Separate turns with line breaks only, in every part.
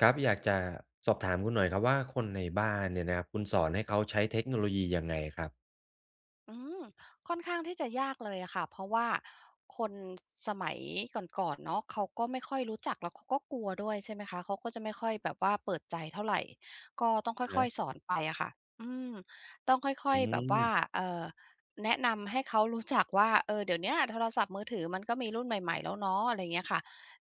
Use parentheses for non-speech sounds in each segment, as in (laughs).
ครับอยากจะสอบถามคุณหน่อยครับว่าคนในบ้านเนี่ยนะครับคุณสอนให้เขาใช้เทคโนโลยียังไงครับ
อืมค่อนข้างที่จะยากเลยอะค่ะเพราะว่าคนสมัยก่อนๆเนาะเขาก็ไม่ค่อยรู้จักแล้วเขาก็กลัวด้วยใช่ไหมคะเขาก็จะไม่ค่อยแบบว่าเปิดใจเท่าไหรก็ต้องค่
อะ
อ
ฮะ
ยๆสอนไปอะค่ะอืมต้องค่อ
อื
ยๆแบบว่า
ม
เอ่อแนะนำให้เขารู้จักว่าเออเดี๋ยวเนี้ยโทรศัพท์มือถือมันก็มีรุ่นใหม่ๆแล้วเนาะอะไรอย่างเงี้ยค่ะ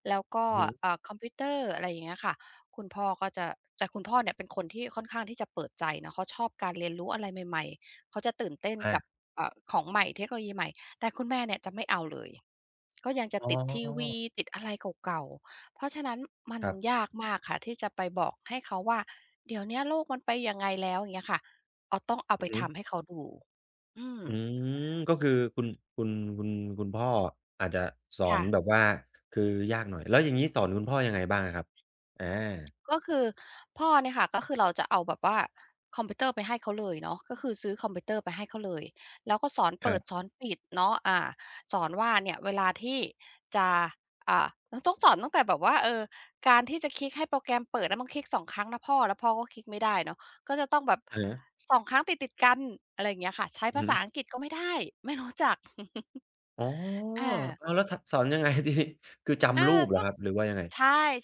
แล้วก็
อือฮึ
คอมพิวเตอร์อะไรอย่างเงี้ยค่ะคุณพ่อก็จะแต่คุณพ่อเนี่ยเป็นคนที่ค่อนข้างที่จะเปิดใจนะเขาชอบการเรียนรู้อะไรใหม่ๆเขาจะตื่นเต้นกับ
อา
ของใหม่เทคโนโลยีใหม่แต่คุณแม่เนี่ยจะไม่เอาเลยก็ยังจะ
อ๋
ติดทีวี
อ
ติดอะไรเก่าๆเพราะฉะนั้นมัน
ครับ
ยากมากค่ะที่จะไปบอกให้เขาว่าเดี๋ยวเนี้ยโลกมันไปยังไงแล้วอย่างเงี้ยค่ะเอา
อื
ไป
อฮึ
ทำให้เขาดูอืม
อืมก็คือคุณคุณคุณพ่ออาจจะสอ
ค่ะ
นแบบว่าคือยากหน่อยแล้วอย่างงี้สอนคุณพ่อยังไงบ้างอะครับอา
ก็คือพ่อเนี่ยค่ะก็คือเราจะเอาแบบว่าคอมพิวเตอร์ไปให้เขาเลยเนาะก็คือซื้อคอมพิวเตอร์ไปให้เขาเลยแล้วก็สอน
ค
เปิ
รั
ดสอ
บ
นปิดเนาะสอนว่าเนี่ยเวลาที่จะต้องสอนตั้งแต่แบบว่าการที่จะคลิกให้โปรแกรมเปิดแล้วมันคลิกสองครั้งนะพ่อแล้วพ่อก็คลิกไม่ได้เนาะก็จะต้องแบบ
อะฮะ
สองครั้งติดๆกันอะไรอย่างเงี้ยค่ะใช้
อือ
ภา
ฮึ
ษาอังกฤษก็ไม่ได้ไม่รู้จัก
อ๋อ
(laughs) อา
อ้าวแล้วทสอนยังไง (laughs) ทีนี้คือ
อา
จำรูปเหรอ
ก็
ครับหรือว่ายังไง
ใ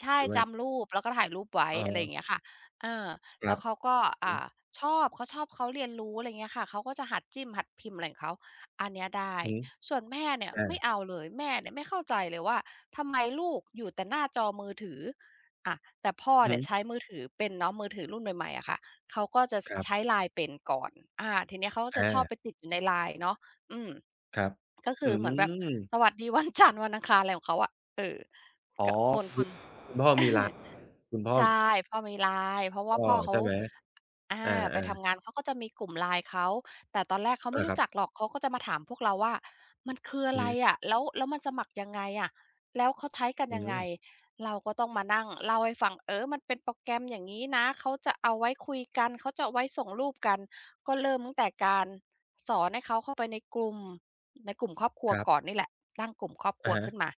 ช่
หรือ
ๆ
ว่า
จำรูปแล้วก็ถ่ายรูปไว้
อ๋อ
อะไรอย่างเงี้ยค่ะเออ
ครั
แล้ว
บ
เขาก็
อือ
อ่าชอบเขาเรียนรู้อะไรเงี้ยค่ะเขาก็จะหัดจิ้มหัดพิมพ์อะไรของเขาอันเนี้ยได้
อือฮึ
ส่วนแม่เนี่ย
อา
ไม่เอาเลยแม่เนี่ยไม่เข้าใจเลยว่าทำไมลูกอยู่แต่หน้าจอมือถืออะแต่พ่อ
อือฮึ
เนี่ยใช้มือถือเป็นเนาะมือถือรุ่นใหม่ๆอะค่ะเขาก็จะส
ครั
ใช้
บ
LINE เป็นก่อนทีเนี้ยเขาก็จะ
อา
ชอบไปติดอยู่ใน LINE เนาะอืม
ครับ
ก็คื
อื
อเหมือนแบบ
ม
สวัสดีวันจันทร์วันอังคารอะไรของเขาอะเออ
อ๋อ
กะคนค
คือ
น
คุณพ่อ
(laughs) เอ
มีร้า
อ
นคุณพ่อ
ใช่พ่อมี LINE เพราะว่า
ก็
พ่อเขา
ใช่ไหม
อา
อา
ไป
ๆ
ทำงานเขาก็จะมีกลุ่ม LINE เขาแต่ตอนแรกเขาไม่
อาค
รู้
รับ
จักหรอกเขาก็จะมาถามพวกเราว่ามันคืออะ
อือ
ไร
ฮึ
อะแล้วมันสมัครยังไงอะแล้วเขาใช้กัน
อื
ยังไง
ม
เราก็ต้องมานั่งเล่าให้ฟังมันเป็นโปรแกรมอย่างงี้นะเขาจะเอาไว้คุยกันเขาจะเอาไว้ส่งรูปกันก็เริ่มตั้งแต่การสอนให้เขาเข้าไปในกลุ่มในกลุ่มครอบครัว
ครั
ก่อน
บ
นี่แหละตั้งกลุ่มครอบครั
อะ
ว
ฮะ
ขึ้นมา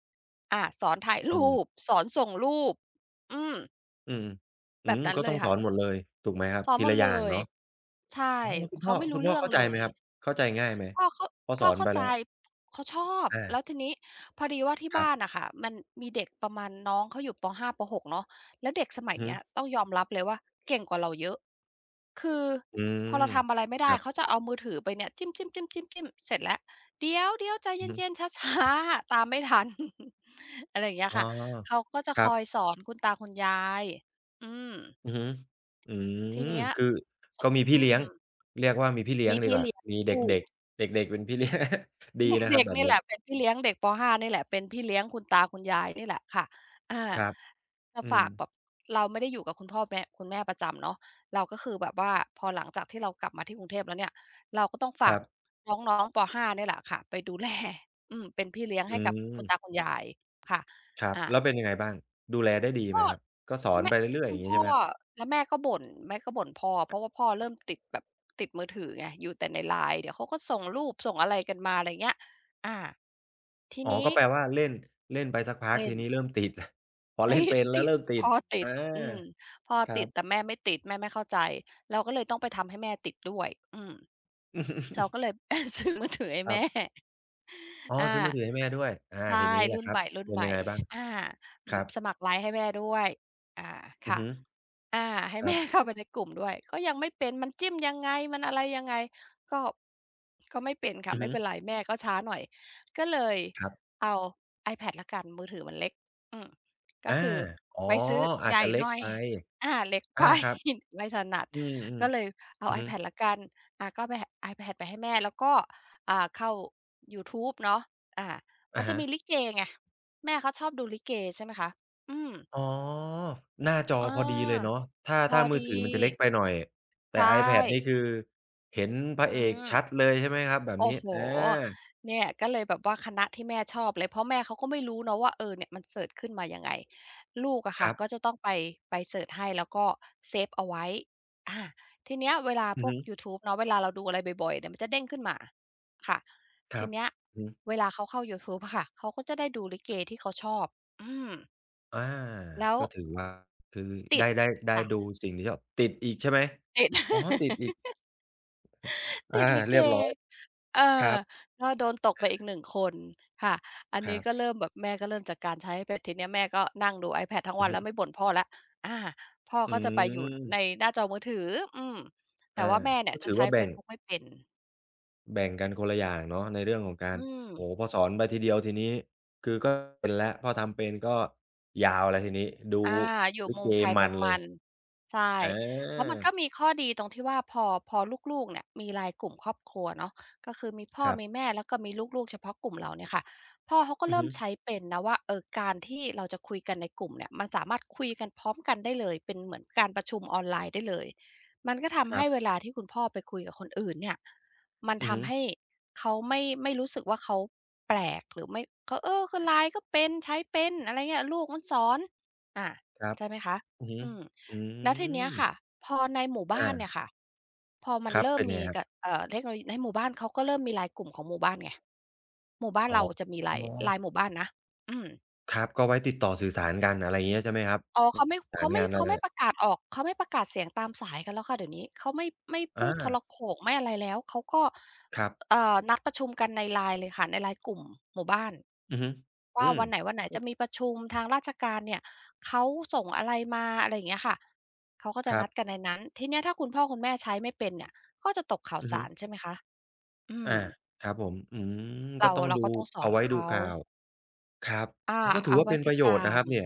สอนถ่าย
อื
รู
ม
ปสอนส่งรูปอืม
อืมอื
แบบ
ม
นั้น
ก็
เล
ต้อ
ย
งส
ค่ะ
อนหมดเลย ถูกไหมครับ
ซ้อม
ที
หมด
ละอ
เล
ย่าง
ย
เนาะ
ใช่
อ๋อแล้วคุณพ่
เขา
อ
ไม่
คุ
รู้
ณพ่อ
เรื่อง
เข้า
เล
ใจไหม
ย
ครับเข้าใจง่ายไหม
พ่อเขา
พอส
พ่
อ
อ
น
เข้า
ไป
ใจ
แล้ว
เขาชอบ
อา
แล้วทีนี้พอดีว่าที่
ครั
บ้าน
บ
น่ะค่ะมันมีเด็กประมาณน้องเขาอยู่ปห้าปหกเนาะแล้วเด็กสมัย
อือฮึ
เนี้ยต้องยอมรับเลยว่าเก่งกว่าเราเยอะคือ
อื
พอ
ม
เราทำอะไรไม่
ค
ได้
รั
เขา
บ
จะเอามือถือไปเนี่ยจิ้มๆๆๆๆเสร็จแล้วเดี๋ยวๆใจ
อือฮึ
เย็นๆช้าๆ (laughs) ตามไม่ทัน (laughs) อะไรอย่างเงี้ย
อ๋อ
ค่ะเขาก็จะ
ค
ค
รับ
อยสอนคุณตาคุณยายอืม
อือฮึอื
ที
ม
เนี้ย
คือก็มี
อื
พี่เลี้ยง
ม
เรียกว่ามีพี่เลี้ย
มี
งดี
พี่
กว่า
เลี้ยง
มีเด็ก
ถูก
ๆเด็กๆเป็นพี่ (laughs) เลี้ยงดี
(laughs)
นะครั
เด็
บ
ก
แบ
ๆ
บ
นี่แหละ
นี้
เป็นพี่เลี้ยงเด็กปห้านี่แหละเป็นพี่เลี้ยงคุณตาคุณยายนี่แหละค่ะอา
ครับ
จะ
อืม
ฝากแบบเราไม่ได้อยู่กับคุณแม่ประจำเนาะเราก็คือแบบว่าพอหลังจากที่เรากลับมาที่กรุงเทพแล้วเนี่ยเราก็ต้อง
ค
ฝาก
รับ
น้องๆปห้านี่แหละค่ะไปดูแล (laughs) อืมเป็นพี่เลี้ยง
อื
ให้กับคุณตาคุ
ม
ณยายค่ะ
ครับ
อ่า
แล้วเป็นยังไงบ้าง ดูแลได้ดีไหม
ก็
ครับ ก็สอน
แม่
ไปเรื่อยๆ
คุ
อ
ณ
ย่างงี้
พ่
ใช่
อ
ไหมครับ
แล้วแม่ก็บ่นพ่อเพราะว่าพ่อเริ่มติดแบบติดมือถือไงอยู่แต่ใน LINE เดี๋ยวเขาก็ส่งรูปส่งอะไรกันมาอะไรเงี้ยอาที
อ๋อ
นี้
ก็แปลว่าเล่นเล่นไปสักพัก
เล่
ที
น
นี้เริ่มติด (laughs) แล้วพอ
(laughs)
เล่
ติ
น
ด
เป็นแล้
ติ
ว
ด
เริ่มติด
พ่อติด
อา
อืมพ่อ
ครั
ติด
บ
แต่แม่ไม่ติดแม่ไม่เข้าใจเราก็เลยต้องไปทำให้แม่ติดด้วยเราก็
(laughs)
เลย (laughs) ซื้อมือถือให้
ครั
แม่
บอ๋อ
อา
ซื้อมือถือให้แม่ด้วยอา
ใช่
ทีนี้แหละ
รุ่น
ครั
ใ
บ เป็น
ห
ยั
ม่
งไงบ้าง
ๆ
ครั
ส
บ
มัคร LINE ให้แม่ด้วยอา
อือ
ค่ะ
ฮึ
อาให้
ค
(laughs)
รั
แม่
บ
เข้าไปในกลุ่มด้วยก็ยังไม่เป็นมันจิ้มยังไงมันอะไรยังไงก็ก็ไม่เป็นค่ะ
อือ
ไม่
ฮึ
เป็นไรแม่ก็ช้าหน่อยก็เลย
ครับ
เอา iPad แล้วกันมือถือมันเล็กอืมก็
อา
คือ
อ๋
ไป
อ
ซื้อ
อา
ให
จ
ญ่
จะเล็
ห
ก
น่อย
ไป
เล็ก
อา
ไป
ครับ
(laughs) ไม่ถนัด
อืม
ก็เลย
ๆ
เอา
อือฮึ
iPad แล้วกันก็ไป iPad ไปให้แม่แล้วก็เข้ายูทูบเนาะอ่ามัน
อะ
จะ
ฮะ
มีลิเกไงแม่เขาชอบดูลิเกใช่ไหมคะอืม
อ๋อหน้าจอ
เอ
พอดีเล
อ
ยเนาะถ้า
พอ
ถ้ามือ
ดี
ถือมันจะเล็กไปหน่อย
ใช
แต่ iPad นี่
่
คือเห็นพ
อื
ระเอก
ม
ชัดเลยใช่ไหมครับแบบ
โอ้
นี้
โฮ
อา
เนี่ยก็เลยแบบว่าคณะที่แม่ชอบเลย เพราะแม่เขาก็ไม่รู้เนาะว่าเออเนี่ยมันเสิร์ชขึ้นมายังไงลูกอะ
ค
ค่ะ
รับ
ก็จะต้องไปไปเสิร์ชให้แล้วก็เซฟเอาไว้อาทีเนี้ยเวลา
อื
พ
อ
วก
ฮึ
ยูทูบเนาะเวลาเราดูอะไรบ่อยๆเนี่ยมันจะเด้งขึ้นมาค่ะ
ค
ที
รับ
เนี้ย
อือฮึ
เวลาเขาเข้ายูทูบอะค่ะเขาก็จะได้ดูลิเกที่เขาชอบอืม
อา
แล้ว
ก็ถือว่าคือ
ติ
ได้
ด
ได้ได้ดู
ค่ะ
สิ่งที่ชอบติดอีกใช่ไหม
ติด (laughs)
อ๋อติดอีกอา
ติดลิเก
เรียบร้อย
เออ
ครับ
ก็โดนตกไปอีกหนึ่งคนค่ะ อัน
ค
นี้
รับ
ก็เริ่มแบบแม่ก็เริ่มจากการใช้ iPad ทีเนี้ยแม่ก็นั่งดู iPad ทั้ง
อื
วั
อ
น
ฮึ
แล้วไม่บ่นพ่อแล้วอาพ่อ
อื
ก็จะไปอยู่ใน
ม
หน้าจอมือถืออืมแต่
อา
ว่าแม่เนี่ย
ก็
จะ
ถือ
ใช้
ว่า
เฟ
แบ่
ซ
ง
บุ๊กไม่เป็น
แบ่งกันคนละอย่างเนาะในเรื่องของการ
อืม
โอ้โฮพอสอนไปทีเดียวทีนี้คือก็เป็นแล้วพอทำเป็นก็ยาวแล้วทีนี้ดู
อาอยู่
ลิ
มุ
เก
มใคร
มั
มุ
น
ม
เล
มั
ย
นใช่
อา
แล้วมันก็มีข้อดีตรงที่ว่าพอลูกๆเนี่ยมี LINE กลุ่มครอบครัวเนาะก็คือมีพ่อ
ครั
มี
บ
แม่แล้วก็มีลูกๆเฉพาะกลุ่มเราเนี่ยค่ะพ่อเขาก็
อือ
เริ่
ฮึ
มใช้เป็นนะว่าเออการที่เราจะคุยกันในกลุ่มเนี่ยมันสามารถคุยกันพร้อมกันได้เลยเป็นเหมือนการประชุมออนไลน์ได้เลยมันก็
ค
ทำ
รั
ให้เว
บ
ลาที่คุณพ่อไปคุยกับคนอื่นเนี่ยมัน
อือฮึ
ทำให้เขาไม่รู้สึกว่าเขาแปลกหรือไม่เขาเออก็ LINE ก็เป็นใช้เป็นอะไรเงี้ยลูกมันสอน อ่า
ครับ
ใช่ไหมคะ
อือฮึ
อืม
อื
แล้วทีเนี้ย
ม
ค่ะพอในหมู่บ้าน
อา
เนี่ยค่ะพอมั
ค
น
รับ
เริ่ม
เป็นยัง
มี
ไงครั
กบ
บ
เทคโนโลยีในหมู่บ้านเขาก็เริ่มมีไลน์กลุ่มของหมู่บ้านไงหมู่บ้าน
อ๋
เราจะ
อ
มีไลน์ไลน์หมู่บ้านนะอืม
ครับก็ไว้ติดต่อสื่อสารกันอะไรอย่างเงี้ยใช่ไหมครับ
อ๋อ
ประสานงานอะ
เขา
ไร
ไม่ประกาศออกเขาไม่ประกาศเสียงตามสายกันแล้วค่ะเดี๋ยวนี้เขาไม่พู
อา
ดโทรโข่งไม่อะไรแล้วเขาก็
ครับ
นัดประชุมกันใน LINE เลยค่ะใน LINE กลุ่มหมู่บ้าน
อือฮึอื
ว่า
ม
วันไหนวันไหน
ก็
จะมีประชุมทางราชการเนี่ยเขาส่งอะไรมาอะไรอย่างเงี้ยค่ะเขาก็
ค
จะ
รั
นัดกัน
บ
ในนั้นทีเนี้ยถ้าคุณพ่อคุณแม่ใช้ไม่เป็นเนี่ยก็จะตกข่าว
อือฮึ
สารใช่ไหมคะอื
อา
ม
ครับผมอืมก็
เรา
ต้อง
เรา
ดู
ก็ต้องสอ
เอา
น
ไว้ดู
เขา
ข่าว ครับ
อา
อ๋อก็ถือ
เอา
ว่า
ไว้
เป็นป
ติ
ระ
ด
โย
ตา
ชน์นะค
ม
รับเนี่ย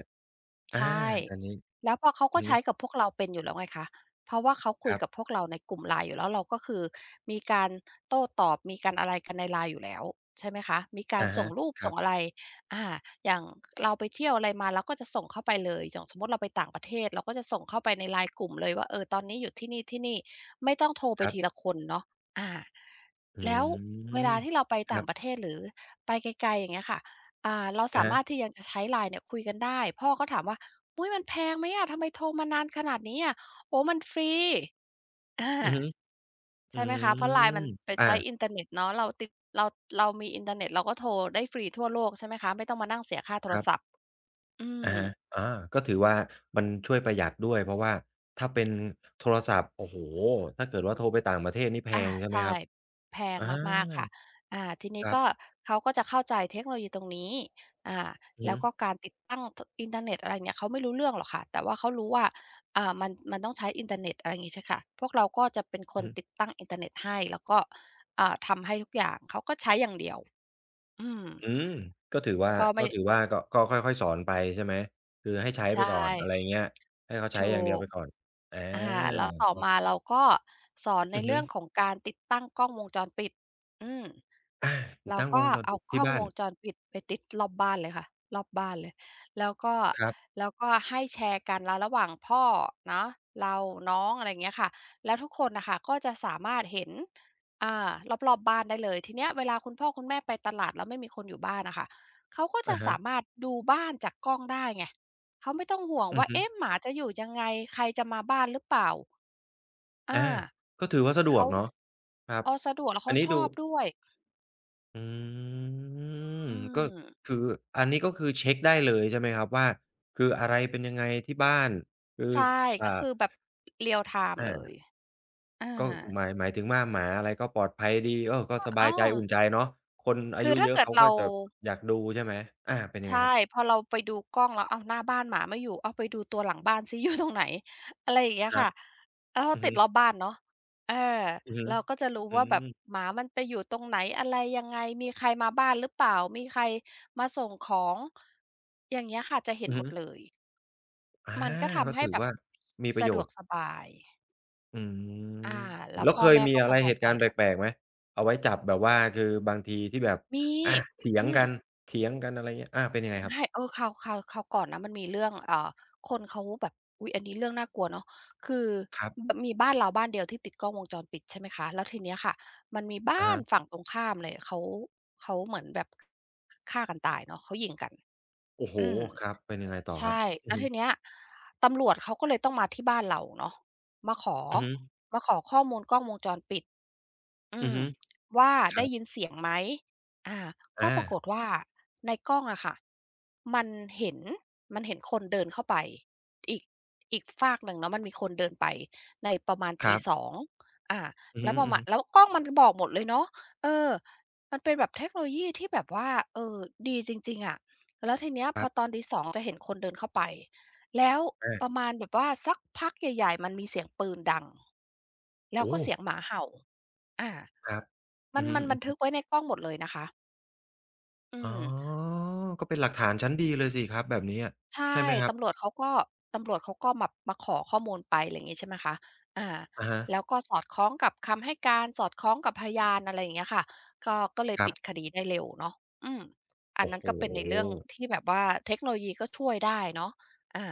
อา
ใช่
อันนี้
แล้วพอเขา
อื
ก็
อ
ใช้
ฮึ
กับพวกเราเป็นอยู่แล้วไงคะเพราะว่าเขาคุ
ค
ย
รั
กับพ
บ
วกเราในกลุ่ม LINE อยู่แล้วเราก็คือมีการโต้ตอบมีการอะไรกันใน LINE อยู่แล้วใช่ไหมคะมีการ
อะ
ส่
ฮะ
งรูป
คร
ส่งอะไรอาอย่างเราไปเที่ยวอะไรมาเราก็จะส่งเข้าไปเลยอย่างสมมุติเราไปต่างประเทศเราก็จะส่งเข้าไปใน LINE กลุ่มเลยว่าเออตอนนี้อยู่ที่นี่ๆไม่ต้องโทรไป
ับ
ที
ๆ
ละคนเนาะอา
อื
แล้วเวลา
ม
ที่เราไป
ครั
ต่างประ
บ
เทศหรือไปไกลๆอย่างเงี้ยค่ะ อ่าเรา
อะ
สา
ฮะ
มารถที่ยังจะใช้ไลน์เนี่ยคุยกันได้พ่อก็ถามว่าอุ๊ยมันแพงไหมอะทำไมโทรมานานขนาดนี้อะโอ้มันฟรีอา
อือฮึอื
ใช่ไหมคะเพราะไลนมั
ม
นไป
อา
ใช้อินเทอร์เน็ตเนาะเราติดเราเรามีอินเทอร์เน็ตเราก็โทรได้ฟรีทั่วโลกใช่ไหมคะไม่ต้องมานั่งเสียค่าโท
ค
ร
รับ
ศัพท์อื
อะ
ม
ฮะอาก็ถือว่ามันช่วยประหยัดด้วยเพราะว่าถ้าเป็นโทรศัพท์โอ้โฮถ้าเกิดว่าโทรไปต่างประเทศนี่แพ
อา
งใช่ไหม
ใช่
ครับ
แพง
อา
มากๆค่ะอาทีนี้
ครั
ก็
บ
เขาก็จะเข้าใจเทคโนโลยีตรงนี้อ่า
อือ
แล้
ฮึ
วก็การติดตั้งตอินเทอร์เน็ตอะไรอย่างเงี้ยเขาไม่รู้เรื่องหรอกค่ะแต่ว่าเขารู้ว่ามันต้องใช้อินเทอร์เน็ตอะไรอย่างงี้ใช่ค่ะพวกเราก็จะเป็นค
อื
น
อฮึ
ติดตั้งอินเทอร์เน็ตให้แล้วก็ทำให้ทุกอย่างเขาก็ใช้อย่างเดียวอืม
อืมก็ถือว่า
ก็ไม่
ก็ก็ค่อยๆสอนไปใช่ไหมคือให้ใช้
ใช
ไปก่อนอะไรอ
่
ย่างเงี้ยให้เขาใช้อ
ถู
ย่างเดียว
ก
ไปก่อนอ
อา
า
แล้วต่อมาเราก็สอนใน
อือฮึ
เรื่องของการติดตั้งกล้องวงจรปิดอืม
อาติด
เรา
ตั้งก
ก็
งวงจร
เอา
ปิด
ก
ที่
ล้อง
บ้า
ว
น
งจรปิดไปติดรอบบ้านเลยค่ะรอบบ้านเลยแล้วก็
ครับ
แล้วก็ให้แชร์กันแล้วระหว่างพ่อเนาะเราน้องอะไรอย่างเงี้ยค่ะแล้วทุกคนน่ะค่ะก็จะสามารถเห็นอ่ารอบๆบ้านได้เลยทีเนี้ยเวลาคุณพ่อคุณแม่ไปตลาดแล้วไม่มีคนอยู่บ้านน่ะค่ะเขาก็จะ
อะฮะ
สามารถดูบ้านจากกล้องได้ไงเขาไม่ต้องห่วง
อือ
ว่า
ฮึ
เอ๊ะหมาจะอยู่ยังไงใครจะมาบ้านหรือเปล่าอา
อาก็ถือว่าสะดว
เขา
กเนาะครับ
เออสะดวกแล้ว
อั
เขา
นนี้
ชอ
ดู
บด้วย
อืม
อื
ก็
ม
คืออันนี้ก็คือเช็กได้เลยใช่ไหมครับว่าคืออะไรเป็นยังไงที่บ้านคือ
ใช่
สอ่า
ก็คือแบบ real time เลย
อา
อา
ก็หมายถึงว่าหมาอะไรก็ปลอดภัยดีเออก็สบาย
อ้า
ใจ
ว
อุ่นใจเนาะคนอา
คือ
ยุ
ถ้า
เยอะ
เกิด
เขาก็
เรา
จะอยากดูใช่ไหมอาเป็นยังไงค
ใช่
รับ
พอเราไปดูกล้องแล้วอ้าวหน้าบ้านหมาไม่อยู่อ้าวไปดูตัวหลังบ้านซิ (laughs) อยู่ตรงไหนอะไรอย่างเงี้
ค
ย
รับ
ค่ะแล้วเรา
อือ
ติ
ฮึ
ดรอบบ้านเนาะเออ
อือฮึ
เราก็จะรู้
อื
ว่าแบบ
ม
หมามันไปอยู่ตรงไหนอะไรยังไงมีใครมาบ้านหรือเปล่ามีใครมาส่งของอย่างเงี้ยค่ะจะเห็น
อือ
หม
ฮึ
ดเลย
อา
มันก็
ก็
ทำให้
ถือ
แบบ
ว่ามีประ
สะ
โย
ดว
ช
ก
น์
สบาย
อืม
อาแล้ว
แล้ว
พ่อ
เคย
แม่
มี
ก็
อะ
ส
ไร
บา
เห
ย
ตุ
ใจ
การณ์
ด้วย
แปลกๆไหมเอาไว้จับแบบว่าคือบางทีที่แบบ
มี
อาเถียง
อืม
กันเถียงกันอะไรเงี้ยอาเป็นยังไงครั
ใช่
บ
เออคราวก่อนนะมันมีเรื่องคนเขาแบบอุ๊ยอันนี้เรื่องน่ากลัวเนาะคือ
ครับ
มีบ้านเราบ้านเดียวที่ติดกล้องวงจรปิดใช่ไหมคะแล้วทีเนี้ยค่ะมันมี
อะ
บ้าน
ฮะ
ฝั่งตรงข้ามเลยเขาเหมือนแบบฆ่ากันตายเนาะเขายิงกัน
โอ้โฮ
อืม
ครับเป็นยังไงต่อครับ
ใช่
อือ
แล้วที
ฮึ
เนี้ยตำรวจเขาก็เลยต้องมาที่บ้านเราเนาะมาขอ
อือฮึ
มาขอข้อมูลกล้องวงจรปิด อื
อือ
ม
ฮึ
ว่า
ค
ได้
รับ
ยินเสียงไหมอาก็
อา
ปรากฏว่าในกล้องอะค่ะมันเห็นคนเดินเข้าไป อีกอีกฟากหนึ่งเนาะมันมีคนเดินไปในประมาณ
ค
ตี
รั
2
บ
องอ่า
อือ
แล้
ฮึ
วประมาณแล้ว
ๆ
กล้องมันก็บอกหมดเลยเนาะเออมันเป็นแบบเทคโนโลยีที่แบบว่าเออดีจริงๆอะแล้วทีเนี้ย
ค
พ
รั
อต
บ
อนตีสองจะเห็นคนเดินเข้าไปแล้วประ
อา
มาณแบบว่าสักพักใหญ่ๆมันมีเสียงปืนดังแล้วก็
โอ้
เสียงหมาเห่าอา
ครับอื
มัน
อ
มันบันทึ
ฮึ
กไว้ในกล้องหมดเลยนะคะอื
ๆอ๋อ
ม
ก็เป็นหลักฐานชั้นดีเลยสิครับแบบนี้อะ
ใช่
ใช่ไหมครับ
ตำรวจเขาก็ตำรวจเขาก็แบบมาขอข้อมูลไปอะไรอย่างงี้ใช่ไหมคะอา
อะฮะ
แล้วก็สอดคล้องกับคำให้การ สอดคล้องกับพยานอะไรอย่างเงี้ยค่ะก็เลย
ครั
ปิดค
บ
ดีได้เร็วเนาะอืมอัน
โอ้
นั้น
โฮ
ก็เป็นในเรื่องที่แบบว่าเทคโนโลยีก็ช่วยได้เนาะอา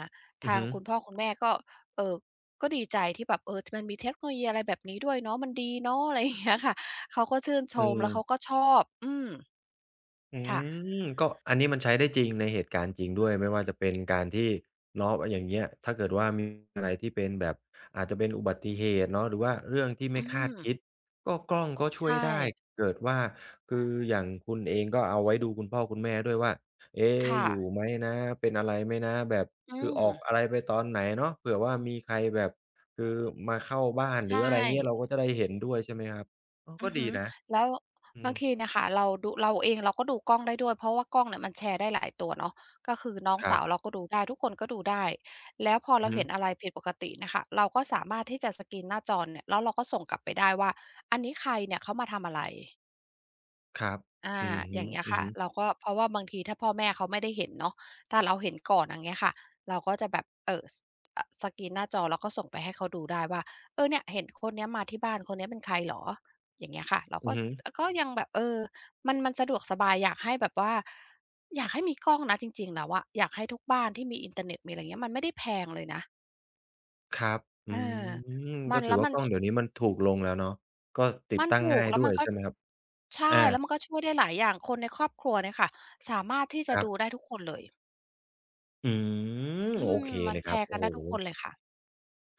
อือ
ทาง
ฮึ
คุณพ่อคุณแม่ก็เอ่อก็ดีใจที่แบบเออมันมีเทคโนโลยีอะไรแบบนี้ด้วยเนาะมันดีเนาะอะไรอย่างเงี้ยค่ะเขาก็ชื่นช
อื
มแล้วเขาก็
ม
ชอบอืม
อื
ค่ะ
มก็อันนี้มันใช้ได้จริงในเหตุการณ์จริงด้วยไม่ว่าจะเป็นการที่เนาะอย่างเงี้ยถ้าเกิดว่ามีอะไรที่เป็นแบบอาจจะเป็นอุบัติเหตุเนาะหรือว่าเรื่องที่ไม่
อื
คาด
ม
คิดก็กล้องก็ช่วย
ใช่
ได้เกิดว่าคืออย่างคุณเองก็เอาไว้ดูคุณพ่อคุณแม่ด้วยว่าเอ๊ะ
ค่ะ
อยู่ไหมนะเป็นอะไรไหมนะแบบ
อื
คือ
ม
ออกอะไรไปตอนไหนเนาะเผื่อว่ามีใครแบบคือมาเข้าบ้านหรื
ใช่
ออะไรเงี้ยเราก็จะได้เห็นด้วยใช่ไหมครับเออ
อื
ก็
อ
ดี
ฮึ
นะ
แล้ว
อืม
บางทีเนี่ยค่ะเราดูเราเองเราก็ดูกล้องได้ด้วยเพราะว่ากล้องเนี่ยมันแชร์ได้หลายตัวเนาะก็คือน้อง
ครั
สา
บ
วเราก็ดูได้ทุกคนก็ดูได้แล้วพอเราเห็นอะไรผิดปกติเนี่ยค่ะเราก็สามารถที่จะสแกนหน้าจอเนี่ยแล้วเราก็ส่งกลับไปได้ว่าอันนี้ใครเนี่ยเขามาทำอะไร
ครับ
อา
อือ
อ
ฮึ
ย่างเงี้ย
อือ
ค่ะ
ฮึ
เราก็เพราะว่าบางทีถ้าพ่อแม่เขาไม่ได้เห็นเนาะถ้าเราเห็นก่อนอย่างเงี้ยค่ะเราก็จะแบบอสกรีนหน้าจอแล้วก็ส่งไปให้เขาดูได้ว่าเออเนี่ยเห็นคนเนี้ยมาที่บ้านคนเนี้ยเป็นใครเหรออย่างเงี้ยค่ะเรา
อื
ก็
อ
ส
ฮึ
ก็ยังแบบเออมันสะดวกสบายอยากให้แบบว่าอยากให้มีกล้องนะจริงๆแล้วอะอยากให้ทุกบ้านที่มีอินเทอร์เน็ตมีอะไรเงี้ยมันไม่ได้แพงเลยนะ
ครับอื
เออ
ม
มั
ก็
น
ถื
แล้
อ
ว
ว่า
มัน
กล้องเดี๋ยวนี้มันถูกลงแล้วเนาะก็ติด
มัน
ตั้ง
ถูก
ง่าย
แล้ว
ด้ว
มั
ย
นก็
ใช่ไหมครับอา
ใช่แล้วมันก็ช่วยได้หลายอย่างคนในครอบครัวเนี่ยค่ะสามารถที่
ค
จะ
รั
ดู
บ
ได้ทุกคนเลย
อืม
อื
โอ
ม
เค
มัน
เลยค
แช
รับ
ร์กั
โอ้
น
โฮ
ได้ทุกคนเลยค่ะ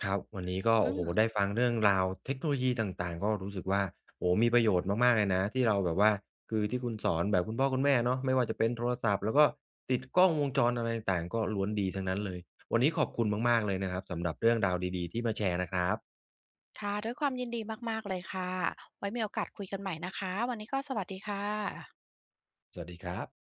ครับ วันนี้ก็
อื
โอ้โฮ
ม
ได้ฟังเรื่องราวเทคโนโลยีต่างๆก็รู้สึกว่าโอ้โฮมีประโยชน์มากๆเลยนะที่เราแบบว่าคือที่คุณสอนแบบคุณพ่อคุณแม่เนาะไม่ว่าจะเป็นโทรศัพท์ แล้วก็ติดกล้องวงจรอะไรต่างๆก็ล้วนดีทั้งนั้นเลยวันนี้ขอบคุณมากๆเลยนะครับสำหรับเรื่องราวดีๆที่มาแชร์นะครับ
ค่ะด้วยความยินดีมากๆเลยค่ะไว้มีโอกาสคุยกันใหม่นะคะวันนี้ก็สวัสดีค่ะ
สวัสดีครับ